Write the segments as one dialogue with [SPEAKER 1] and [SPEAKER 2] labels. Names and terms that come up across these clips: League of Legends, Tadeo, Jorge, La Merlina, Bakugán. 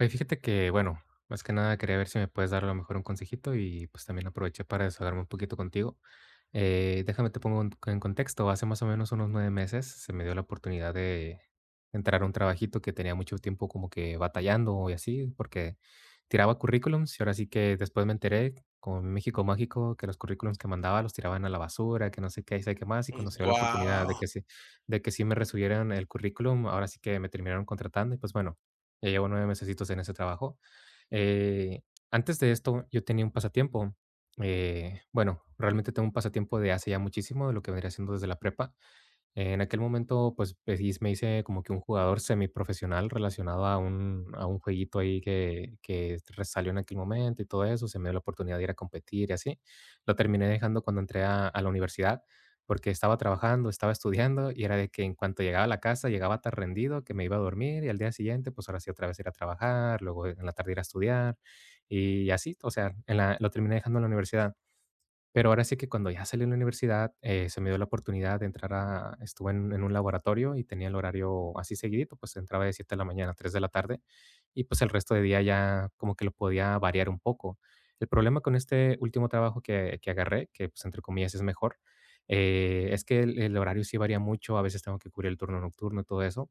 [SPEAKER 1] Oye, fíjate que, bueno, más que nada quería ver si me puedes dar a lo mejor un consejito y pues también aproveché para desahogarme un poquito contigo. Déjame te pongo en contexto. Hace más o menos unos 9 meses se me dio la oportunidad de entrar a un trabajito que tenía mucho tiempo como que batallando y así, porque tiraba currículums y ahora sí que después me enteré, como en México Mágico, que los currículums que mandaba los tiraban a la basura, que no sé qué, y sé qué más. Y cuando se dio la oportunidad de
[SPEAKER 2] Wow.
[SPEAKER 1] que sí, me resubieran el currículum, ahora sí que me terminaron contratando y pues bueno. Ya llevo 9 mesecitos en ese trabajo. Eh, antes de esto, yo tenía un pasatiempo. Bueno, realmente tengo un pasatiempo de hace ya muchísimo, de lo que vendría siendo desde la prepa. En aquel momento, pues, sí me hice como que un jugador semiprofesional relacionado a un jueguito ahí que salió en aquel momento y todo eso. Se me dio la oportunidad de ir a competir y así. Lo terminé dejando cuando entré a la universidad porque estaba trabajando, estaba estudiando y era de que en cuanto llegaba a la casa llegaba tan rendido que me iba a dormir y al día siguiente, pues ahora sí otra vez ir a trabajar, luego en la tarde ir a estudiar y así. O sea, lo terminé dejando en la universidad. Pero ahora sí que cuando ya salí de la universidad, se me dio la oportunidad de entrar a estuve en un laboratorio y tenía el horario así seguidito, pues entraba de 7 de la mañana a 3 de la tarde, y pues el resto de día ya como que lo podía variar un poco. El problema con este último trabajo que agarré, que, pues, entre comillas, es mejor, es que el horario sí varía mucho, a veces tengo que cubrir el turno nocturno y todo eso.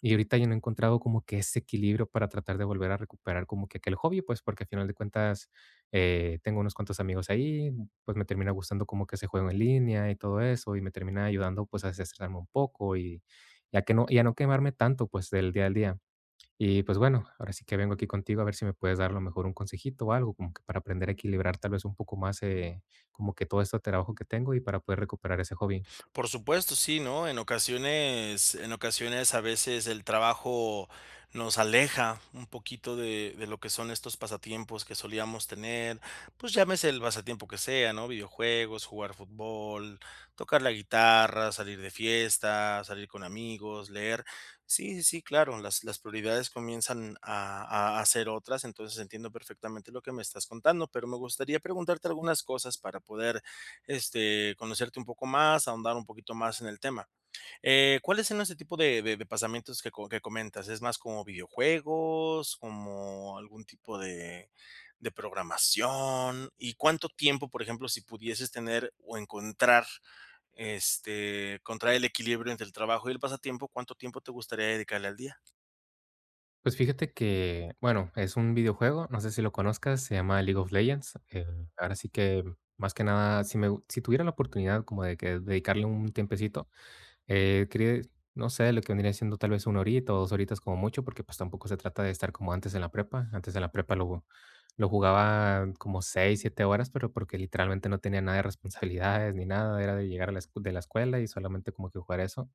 [SPEAKER 1] Y ahorita ya no he encontrado como que ese equilibrio para tratar de volver a recuperar como que aquel hobby, pues, porque al final de cuentas, tengo unos cuantos amigos ahí, pues me termina gustando como que ese juego en línea y todo eso, y me termina ayudando pues a desestresarme un poco y, ya que no, y a no quemarme tanto pues del día al día. Y pues bueno, ahora sí que vengo aquí contigo a ver si me puedes dar a lo mejor un consejito o algo como que para aprender a equilibrar tal vez un poco más, como que todo este trabajo que tengo y para poder recuperar ese hobby.
[SPEAKER 2] Por supuesto, sí, ¿no? En ocasiones, a veces el trabajo nos aleja un poquito de lo que son estos pasatiempos que solíamos tener, pues, llámese el pasatiempo que sea, ¿no? Videojuegos, jugar fútbol, tocar la guitarra, salir de fiesta, salir con amigos, leer. Sí, sí, sí, claro, las prioridades comienzan a ser otras, entonces entiendo perfectamente lo que me estás contando, pero me gustaría preguntarte algunas cosas para poder este, conocerte un poco más, ahondar un poquito más en el tema. ¿Cuáles son ese tipo de pasamientos que comentas? ¿Es más como videojuegos, como algún tipo de programación? ¿Y cuánto tiempo, por ejemplo, si pudieses tener o encontrar, este, encontrar el equilibrio entre el trabajo y el pasatiempo, cuánto tiempo te gustaría dedicarle al día?
[SPEAKER 1] Pues fíjate que, bueno, es un videojuego, no sé si lo conozcas, se llama League of Legends. Ahora sí que más que nada, si tuviera la oportunidad como de que dedicarle un tiempecito. Cre no sé, lo que vendría siendo tal vez 1 horita o 2 horitas como mucho, porque, pues, tampoco se trata de estar como antes en la prepa. Antes en la prepa lo jugaba como 6 7 horas, pero porque literalmente no tenía nada de responsabilidades ni nada, era de llegar a la escu de la escuela y solamente como que jugar eso.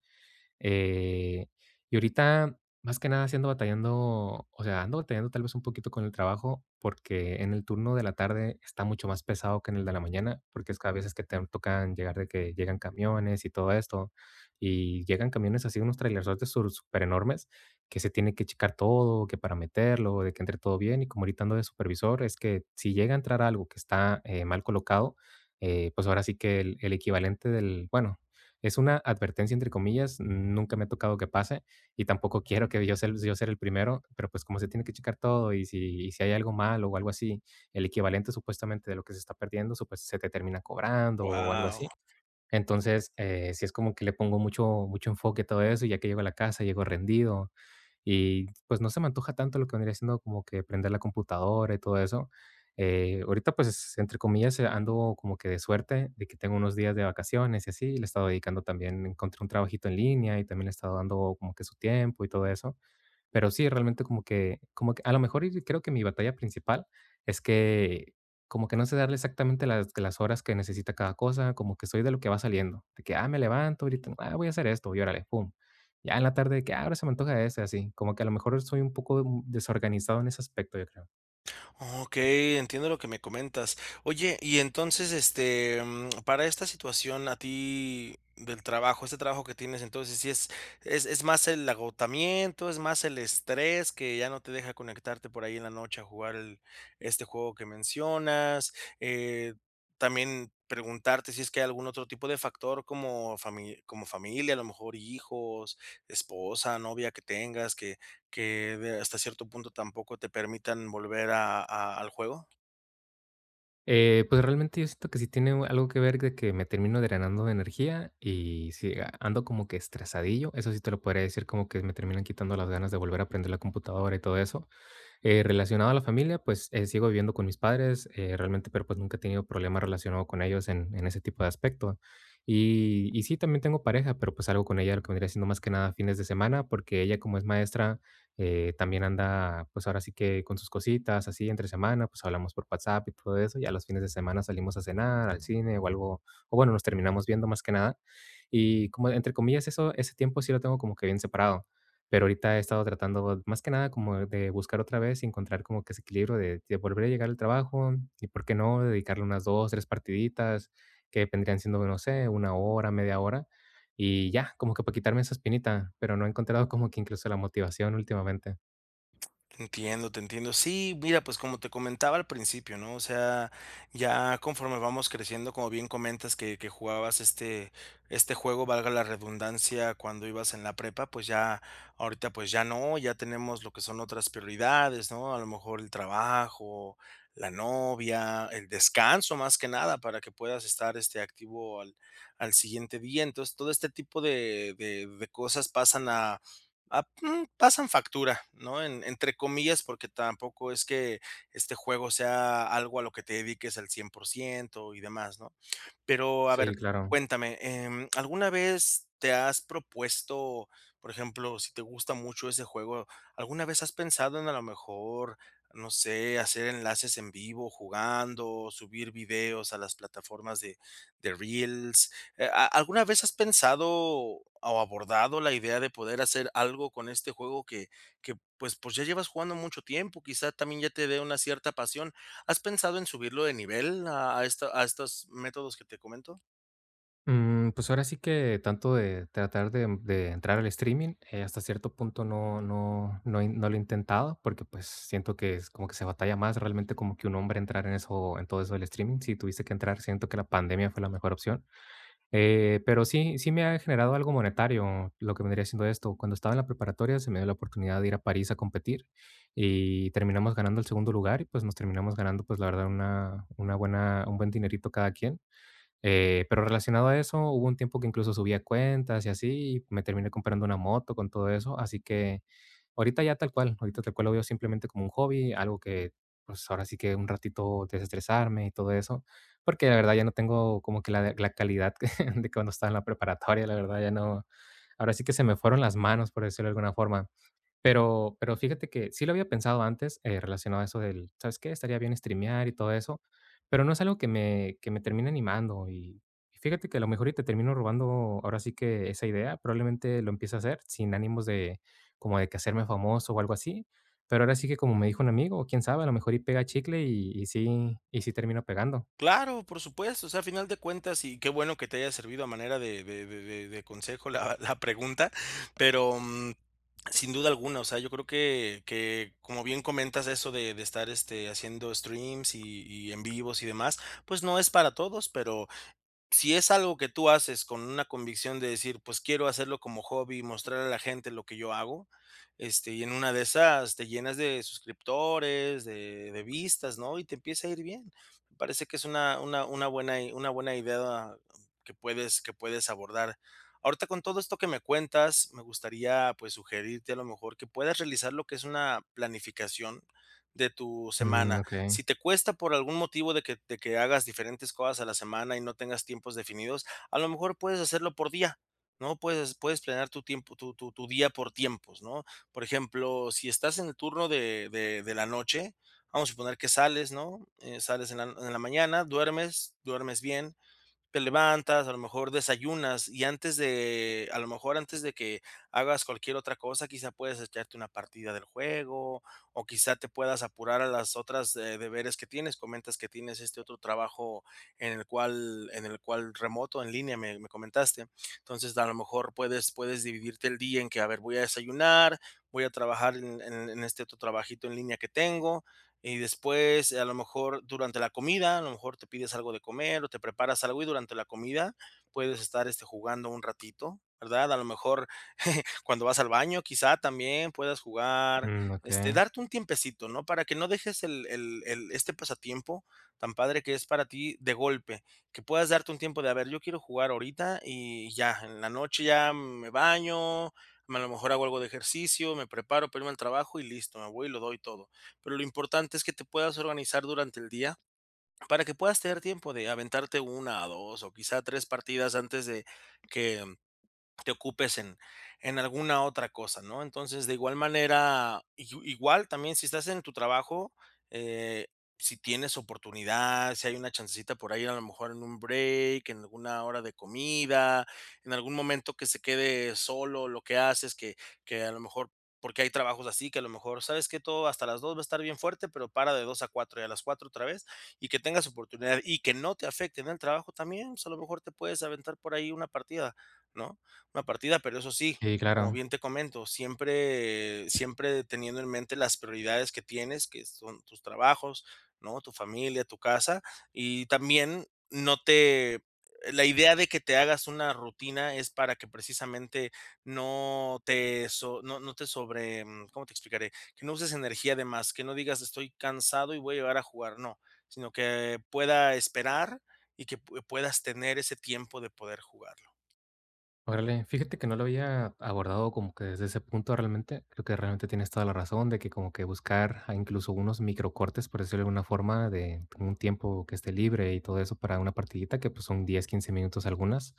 [SPEAKER 1] Eh, y ahorita, más que nada, sí ando batallando, o sea, ando batallando tal vez un poquito con el trabajo, porque en el turno de la tarde está mucho más pesado que en el de la mañana, porque es que a veces que te tocan llegar de que llegan camiones y todo esto, y llegan camiones así, unos trailerzotes súper enormes, que se tiene que checar todo, que para meterlo, de que entre todo bien, y como ahorita ando de supervisor, es que si llega a entrar algo que está, mal colocado, pues ahora sí que el equivalente bueno, es una advertencia, entre comillas, nunca me ha tocado que pase y tampoco quiero que yo ser el primero, pero, pues, como se tiene que checar todo y si hay algo mal o algo así, el equivalente supuestamente de lo que se está perdiendo, sup pues, se te termina cobrando o algo
[SPEAKER 2] Wow.
[SPEAKER 1] así. Entonces, sí es como que le pongo mucho mucho enfoque a todo eso, y ya que llego a la casa, llego rendido, y pues no se me antoja tanto lo que vendría siendo como que prender la computadora y todo eso. Ahorita pues entre comillas, ando como que de suerte de que tengo unos días de vacaciones y así, le he estado dedicando también, encontré un trabajito en línea y también le he estado dando como que su tiempo y todo eso. Pero sí, realmente como que a lo mejor y creo que mi batalla principal es que como que no sé darle exactamente las horas que necesita cada cosa, como que soy de lo que va saliendo, de que, ah, me levanto ahorita, ah, voy a hacer esto, y órale, pum. Ya en la tarde de que, ah, ahora se me antoja ese, así, como que a lo mejor soy un poco, desorganizado en ese aspecto, yo creo.
[SPEAKER 2] Ok, entiendo lo que me comentas. Oye, y entonces, este, para esta situación a ti del trabajo, este trabajo que tienes, entonces, si es, es más el agotamiento, es más el estrés que ya no te deja conectarte por ahí en la noche a jugar este juego que mencionas. eh, también preguntarte si es que hay algún otro tipo de factor como como familia, a lo mejor hijos, esposa, novia que tengas, que de hasta cierto punto tampoco te permitan volver a al juego.
[SPEAKER 1] Pues realmente yo siento que sí tiene algo que ver de que me termino drenando de energía y sí, ando como que estresadillo, eso sí te lo podría decir, como que me terminan quitando las ganas de volver a aprender la computadora y todo eso. Relacionado a la familia, pues, sigo viviendo con mis padres, realmente, pero, pues, nunca he tenido problema relacionado con ellos en ese tipo de aspecto. Y sí, también tengo pareja, pero, pues, algo con ella, lo que vendría siendo más que nada fines de semana, porque ella, como es maestra, también anda, pues, ahora sí que con sus cositas, así entre semana, pues, hablamos por WhatsApp y todo eso, y a los fines de semana salimos a cenar, al cine o algo, o bueno, nos terminamos viendo más que nada. Y como entre comillas, eso ese tiempo sí lo tengo como que bien separado. Pero ahorita he estado tratando, más que nada, como de buscar otra vez y encontrar como que ese equilibrio de volver a llegar al trabajo y, ¿por qué no?, dedicarle unas 2, 3 partiditas, que vendrían siendo, no sé, 1 hora, media hora, y ya, como que para quitarme esa espinita, pero no he encontrado como que incluso la motivación últimamente.
[SPEAKER 2] Te entiendo, te entiendo. Sí, mira, pues como te comentaba al principio, ¿no? O sea, ya conforme vamos creciendo, como bien comentas que jugabas este, este juego, valga la redundancia, cuando ibas en la prepa, pues ya, ahorita pues ya no, ya tenemos lo que son otras prioridades, ¿no? A lo mejor el trabajo, la novia, el descanso más que nada, para que puedas estar este activo al siguiente día. Entonces, todo este tipo de cosas pasan a pasan factura, ¿no? En entre comillas, porque tampoco es que este juego sea algo a lo que te dediques al 100% y demás, ¿no? Pero, a
[SPEAKER 1] Sí,
[SPEAKER 2] ver,
[SPEAKER 1] claro.
[SPEAKER 2] cuéntame, ¿alguna vez te has propuesto, por ejemplo, si te gusta mucho ese juego, alguna vez has pensado en a lo mejor, no sé, hacer enlaces en vivo jugando, subir videos a las plataformas de Reels? ¿A ¿alguna vez has pensado o abordado la idea de poder hacer algo con este juego que, pues, ya llevas jugando mucho tiempo? Quizá también ya te dé una cierta pasión. ¿Has pensado en subirlo de nivel a esta a estos métodos que te comento?
[SPEAKER 1] Pues ahora sí que tanto de tratar de entrar al streaming, hasta cierto punto no, no, no lo he intentado porque pues siento que es como que se batalla más realmente como que un hombre entrar en eso, en todo eso del streaming. Si tuviste que entrar, siento que la pandemia fue la mejor opción. Pero sí, sí me ha generado algo monetario lo que vendría siendo esto. Cuando estaba en la preparatoria se me dio la oportunidad de ir a París a competir y terminamos ganando el segundo lugar y pues nos terminamos ganando pues la verdad un buen dinerito cada quien. Pero relacionado a eso, hubo un tiempo que incluso subía cuentas y así, y me terminé comprando una moto con todo eso, así que ahorita ya tal cual, ahorita tal cual lo veo simplemente como un hobby, algo que pues ahora sí que un ratito desestresarme y todo eso, porque la verdad ya no tengo como que la calidad de cuando estaba en la preparatoria, la verdad ya no, ahora sí que se me fueron las manos, por decirlo de alguna forma. Pero fíjate que sí lo había pensado antes, relacionado a eso del, ¿sabes qué? Estaría bien streamear y todo eso, pero no es algo que me termine animando. Y fíjate que a lo mejor y te termino robando ahora sí que esa idea, probablemente lo empiece a hacer sin ánimos de como de que hacerme famoso o algo así, pero ahora sí que como me dijo un amigo, quién sabe, a lo mejor y pega chicle y sí termino pegando.
[SPEAKER 2] Claro, por supuesto, o sea, a final de cuentas, y qué bueno que te haya servido a manera de consejo la la pregunta, pero, sin duda alguna, o sea, yo creo que, como bien comentas, eso de estar, este, haciendo streams y en vivos y demás, pues no es para todos, pero si es algo que tú haces con una convicción de decir, pues quiero hacerlo como hobby, mostrar a la gente lo que yo hago, este, y en una de esas te llenas de suscriptores, de vistas, ¿no? Y te empieza a ir bien. Me parece que es una buena, una buena idea que puedes abordar. Ahorita con todo esto que me cuentas, me gustaría pues sugerirte a lo mejor que puedas realizar lo que es una planificación de tu
[SPEAKER 1] Mm,
[SPEAKER 2] semana
[SPEAKER 1] okey.
[SPEAKER 2] si te cuesta por algún motivo de que hagas diferentes cosas a la semana y no tengas tiempos definidos, a lo mejor puedes hacerlo por día, ¿no? Puedes planear tu tiempo, tu día por tiempos, ¿no? Por ejemplo, si estás en el turno de la noche, vamos a suponer que sales, ¿no? Sales en la mañana, duermes, duermes bien, te levantas, a lo mejor desayunas y a lo mejor antes de que hagas cualquier otra cosa, quizá puedes echarte una partida del juego o quizá te puedas apurar a las otras deberes que tienes. Comentas que tienes este otro trabajo en el cual remoto, en línea, me comentaste. Entonces, a lo mejor puedes dividirte el día en que, a ver, voy a desayunar, voy a trabajar en este otro trabajito en línea que tengo y después, a lo mejor durante la comida, a lo mejor te pides algo de comer o te preparas algo y durante la comida puedes estar, este, jugando un ratito, ¿verdad? A lo mejor cuando vas al baño, quizá también puedas jugar,
[SPEAKER 1] Mm,
[SPEAKER 2] este,
[SPEAKER 1] okey.
[SPEAKER 2] darte un tiempecito, ¿no? Para que no dejes el este pasatiempo tan padre que es para ti de golpe, que puedas darte un tiempo de, a ver, yo quiero jugar ahorita y ya, en la noche ya me baño, a lo mejor hago algo de ejercicio, me preparo para irme al trabajo y listo, me voy y lo doy todo. Pero lo importante es que te puedas organizar durante el día para que puedas tener tiempo de aventarte una a 2 o quizá 3 partidas antes de que te ocupes en alguna otra cosa, ¿no? Entonces, de igual manera, igual también si estás en tu trabajo, eh, si tienes oportunidad, si hay una chancecita por ahí, a lo mejor en un break, en alguna hora de comida, en algún momento que se quede solo lo que haces, que a lo mejor porque hay trabajos así, que a lo mejor, ¿sabes que Todo hasta las 2 va a estar bien fuerte, pero para de 2 a 4 y a las 4 otra vez, y que tengas oportunidad y que no te afecte en el trabajo también, pues, a lo mejor te puedes aventar por ahí una partida, ¿no? Una partida, pero eso sí,
[SPEAKER 1] Sí,
[SPEAKER 2] como
[SPEAKER 1] claro.
[SPEAKER 2] bien te comento, siempre siempre teniendo en mente las prioridades que tienes, que son tus trabajos, ¿no? Tu familia, tu casa, y también no te la idea de que te hagas una rutina es para que precisamente no te sobre, mm, ¿cómo te explicaré? Que no uses energía de más, que no digas: "Estoy cansado y voy a llegar a jugar", no, sino que pueda esperar y que puedas tener ese tiempo de poder jugar.
[SPEAKER 1] Órale, fíjate que no lo había abordado como que desde ese punto realmente. Creo que realmente tienes toda la razón de que como que buscar a incluso unos microcortes, por decirlo de alguna forma, de un tiempo que esté libre y todo eso para una partidita que pues son 10 15 minutos algunas.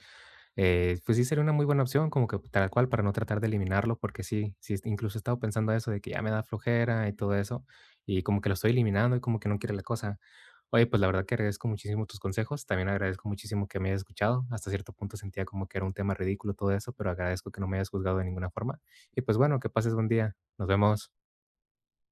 [SPEAKER 1] Pues sí sería una muy buena opción, como que tal cual, para no tratar de eliminarlo, porque sí, sí, incluso he estado pensando eso de que ya me da flojera y todo eso, y como que lo estoy eliminando y como que no quiere la cosa. Oye, pues la verdad que agradezco muchísimo tus consejos. También agradezco muchísimo que me hayas escuchado. Hasta cierto punto sentía como que era un tema ridículo todo eso, pero agradezco que no me hayas juzgado de ninguna forma. Y pues bueno, que pases buen día. Nos vemos.